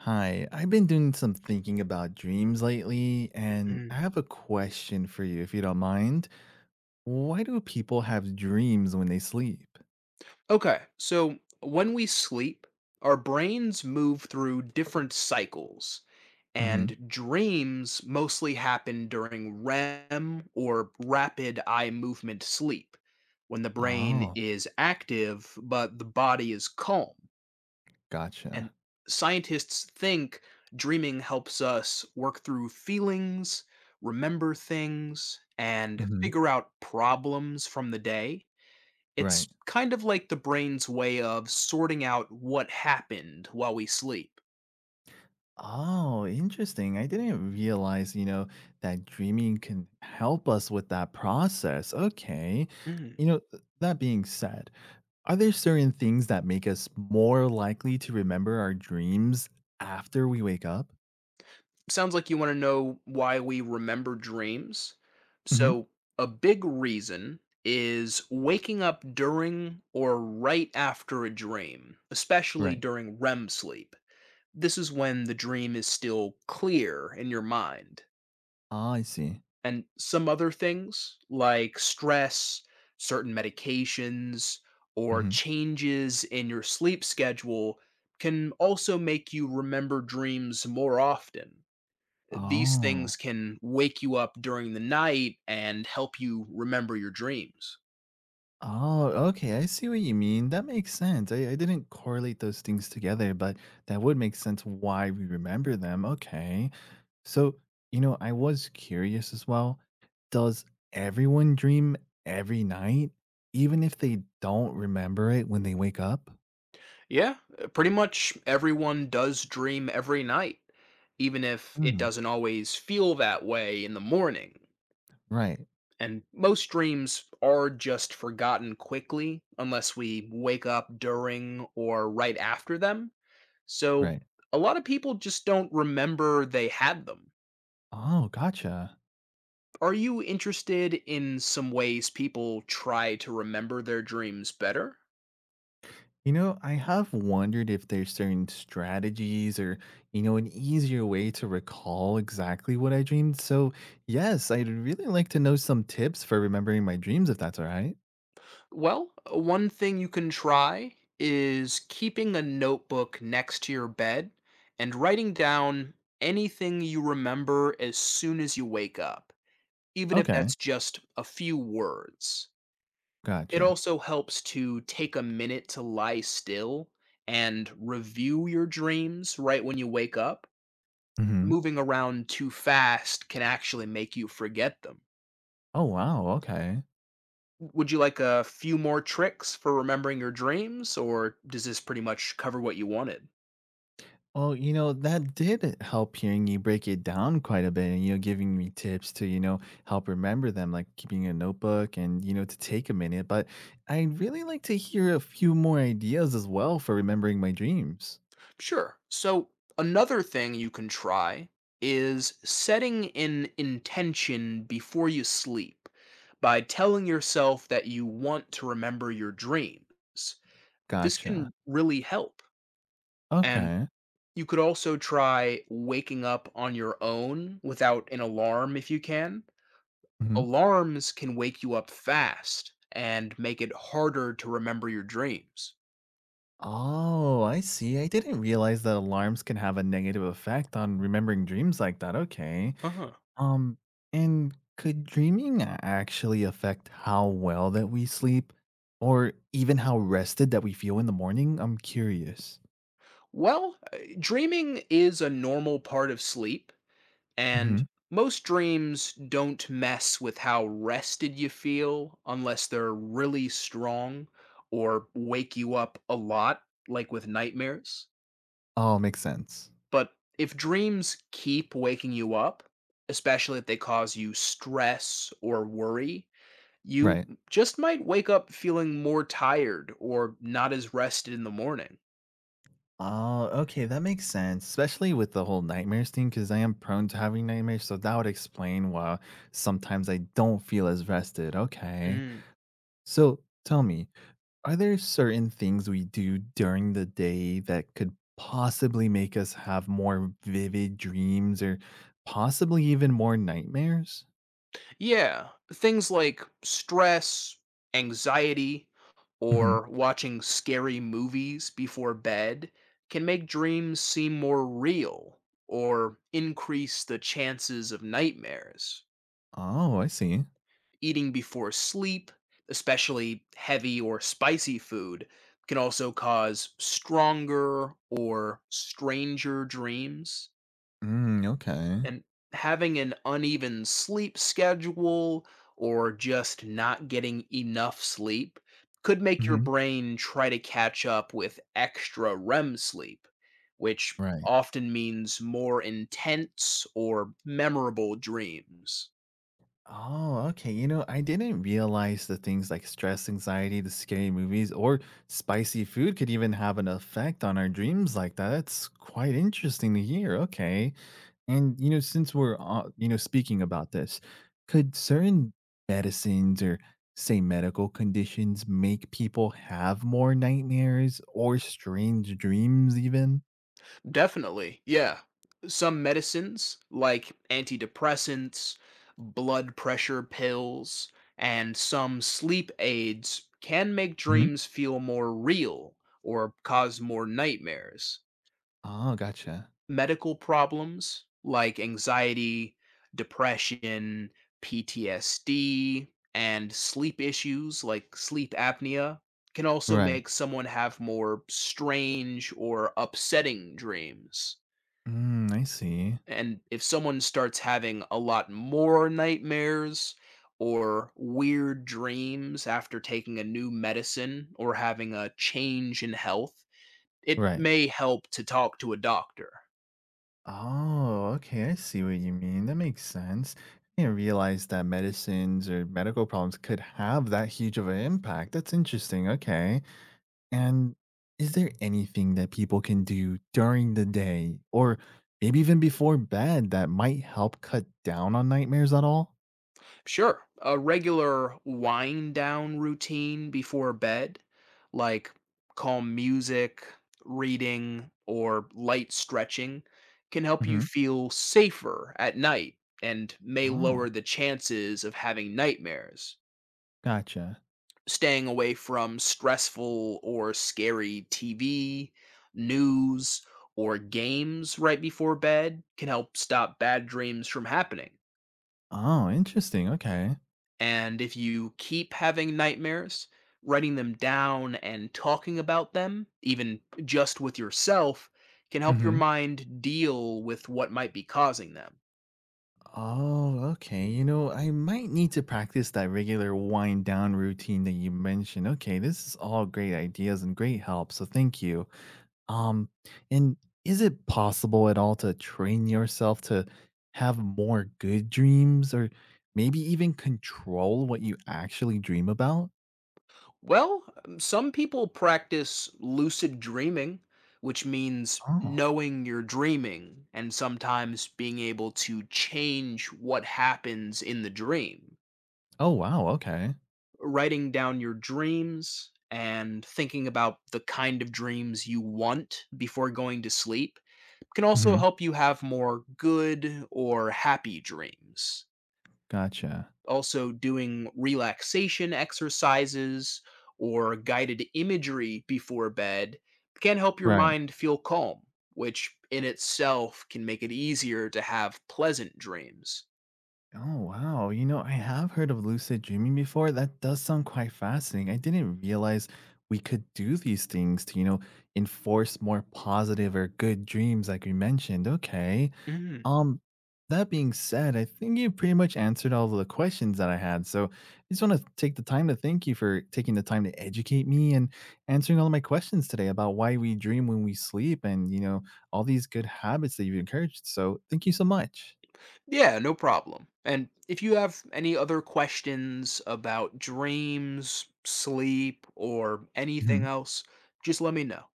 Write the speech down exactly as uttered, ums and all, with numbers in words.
Hi, I've been doing some thinking about dreams lately, and I Mm. have a question for you if you don't mind. Why do people have dreams when they sleep? Okay, so when we sleep, our brains move through different cycles, Hmm. and dreams mostly happen during REM or rapid eye movement sleep, when the brain Oh, is active but the body is calm. And gotcha. scientists think dreaming helps us work through feelings, remember things, and Hmm. figure out problems from the day. It's Right. kind of like the brain's way of sorting out what happened while we sleep. Oh, interesting. I didn't realize, you know, that dreaming can help us with that process. Okay. Mm. You know, th- that being said, are there certain things that make us more likely to remember our dreams after we wake up? Sounds like you want to know why we remember dreams. Hmm. So, a big reason is waking up during or right after a dream, especially Right. during REM sleep. This is when the dream is still clear in your mind. Ah, I see. And some other things like stress, certain medications, or Mhm. changes in your sleep schedule can also make you remember dreams more often. These things Oh. can wake you up during the night and help you remember your dreams. Oh, okay, I see what you mean, that makes sense. I I didn't correlate those things together, but that would make sense why we remember them, okay. So, you know, I was curious as well, does everyone dream every night, even if they don't remember it when they wake up? Yeah, uh, pretty much everyone does dream every night, even if it Mm. doesn't always feel that way in the morning. Right, And most dreams are just forgotten quickly unless we wake up during or right after them. So right. a lot of people just don't remember they had them. Oh, gotcha. Are you interested in some ways people try to remember their dreams better? You know, I have wondered if there's certain strategies or, you know, an easier way to recall exactly what I dreamed. So, yes, I'd really like to know some tips for remembering my dreams, if that's all right. Well, one thing you can try is keeping a notebook next to your bed and writing down anything you remember as soon as you wake up, even if Okay, that's just a few words. It gotcha. also helps to take a minute to lie still and review your dreams right when you wake up. Hmm. Moving around too fast can actually make you forget them. Oh, wow. Okay. Would you like a few more tricks for remembering your dreams, or does this pretty much cover what you wanted? Well, you know, that did help hearing you break it down quite a bit and, you know, giving me tips to, you know, help remember them, like keeping a notebook and, you know, to take a minute. But I'd really like to hear a few more ideas as well for remembering my dreams. Sure. So, another thing you can try is setting an intention before you sleep by telling yourself that you want to remember your dreams. This Gotcha. can really help. And Okay. you could also try waking up on your own without an alarm if you can. Mhm. Alarms can wake you up fast and make it harder to remember your dreams. Oh, I see. I didn't realize that alarms can have a negative effect on remembering dreams like that. Okay. Uh huh. Um, and could dreaming a- actually affect how well that we sleep or even how rested that we feel in the morning? I'm curious. Well, uh, dreaming is a normal part of sleep, and Mhm. most dreams don't mess with how rested you feel unless they're really strong or wake you up a lot, like with nightmares. Oh, makes sense. But if dreams keep waking you up, especially if they cause you stress or worry, you Right. just might wake up feeling more tired or not as rested in the morning. Oh, okay, that makes sense, especially with the whole nightmares thing, because I am prone to having nightmares, so that would explain why sometimes I don't feel as rested. Okay. So tell me, are there certain things we do during the day that could possibly make us have more vivid dreams or possibly even more nightmares? Yeah, things like stress, anxiety, or Hmm. watching scary movies before bed can make dreams seem more real or increase the chances of nightmares. Oh, I see. Eating before sleep, especially heavy or spicy food, can also cause stronger or stranger dreams. Mm, okay. And having an uneven sleep schedule or just not getting enough sleep could make your Hmm. brain try to catch up with extra REM sleep, which Right. often means more intense or memorable dreams. Oh, okay. You know, I didn't realize that things like stress, anxiety, the scary movies, or spicy food could even have an effect on our dreams like that. That's quite interesting to hear. Okay. And, you know, since we're, uh, you know, speaking about this, could certain medicines or say medical conditions make people have more nightmares or strange dreams even? Definitely, yeah. Some medicines, like antidepressants, blood pressure pills, and some sleep aids, can make Hmm. dreams feel more real or cause more nightmares. Oh, gotcha. Medical problems, like anxiety, depression, P T S D, and sleep issues, like sleep apnea, can also Right. make someone have more strange or upsetting dreams. Mm, I see. And if someone starts having a lot more nightmares or weird dreams after taking a new medicine or having a change in health, it Right. may help to talk to a doctor. Oh, okay. I see what you mean. That makes sense. I didn't realize that medicines or medical problems could have that huge of an impact. That's interesting. Okay. And is there anything that people can do during the day or maybe even before bed that might help cut down on nightmares at all? Sure. A regular wind down routine before bed, like calm music, reading, or light stretching, can help you Hmm. feel safer at night and may Oh, lower the chances of having nightmares. gotcha. Staying away from stressful or scary T V, news, or games right before bed can help stop bad dreams from happening. Oh, interesting. Okay. And if you keep having nightmares, writing them down and talking about them, even just with yourself, can help your Hmm. mind deal with what might be causing them. Oh, okay. You know, I might need to practice that regular wind down routine that you mentioned. Okay, this is all great ideas and great help. So thank you. Um, and is it possible at all to train yourself to have more good dreams or maybe even control what you actually dream about? Well, um, some people practice lucid dreaming, which means Oh. knowing you're dreaming and sometimes being able to change what happens in the dream. Oh, wow. Okay. Writing down your dreams and thinking about the kind of dreams you want before going to sleep can also Hmm. help you have more good or happy dreams. Gotcha. Also, doing relaxation exercises or guided imagery before bed can help your Right. mind feel calm, which in itself can make it easier to have pleasant dreams. Oh, wow. You know, I have heard of lucid dreaming before. That does sound quite fascinating. I didn't realize we could do these things to, you know, enforce more positive or good dreams, like we mentioned. Okay. Um, that being said, I think you pretty much answered all of the questions that I had. So I just want to take the time to thank you for taking the time to educate me and answering all of my questions today about why we dream when we sleep and, you know, all these good habits that you've encouraged. So thank you so much. Yeah, no problem. And if you have any other questions about dreams, sleep, or anything Mhm. else, just let me know.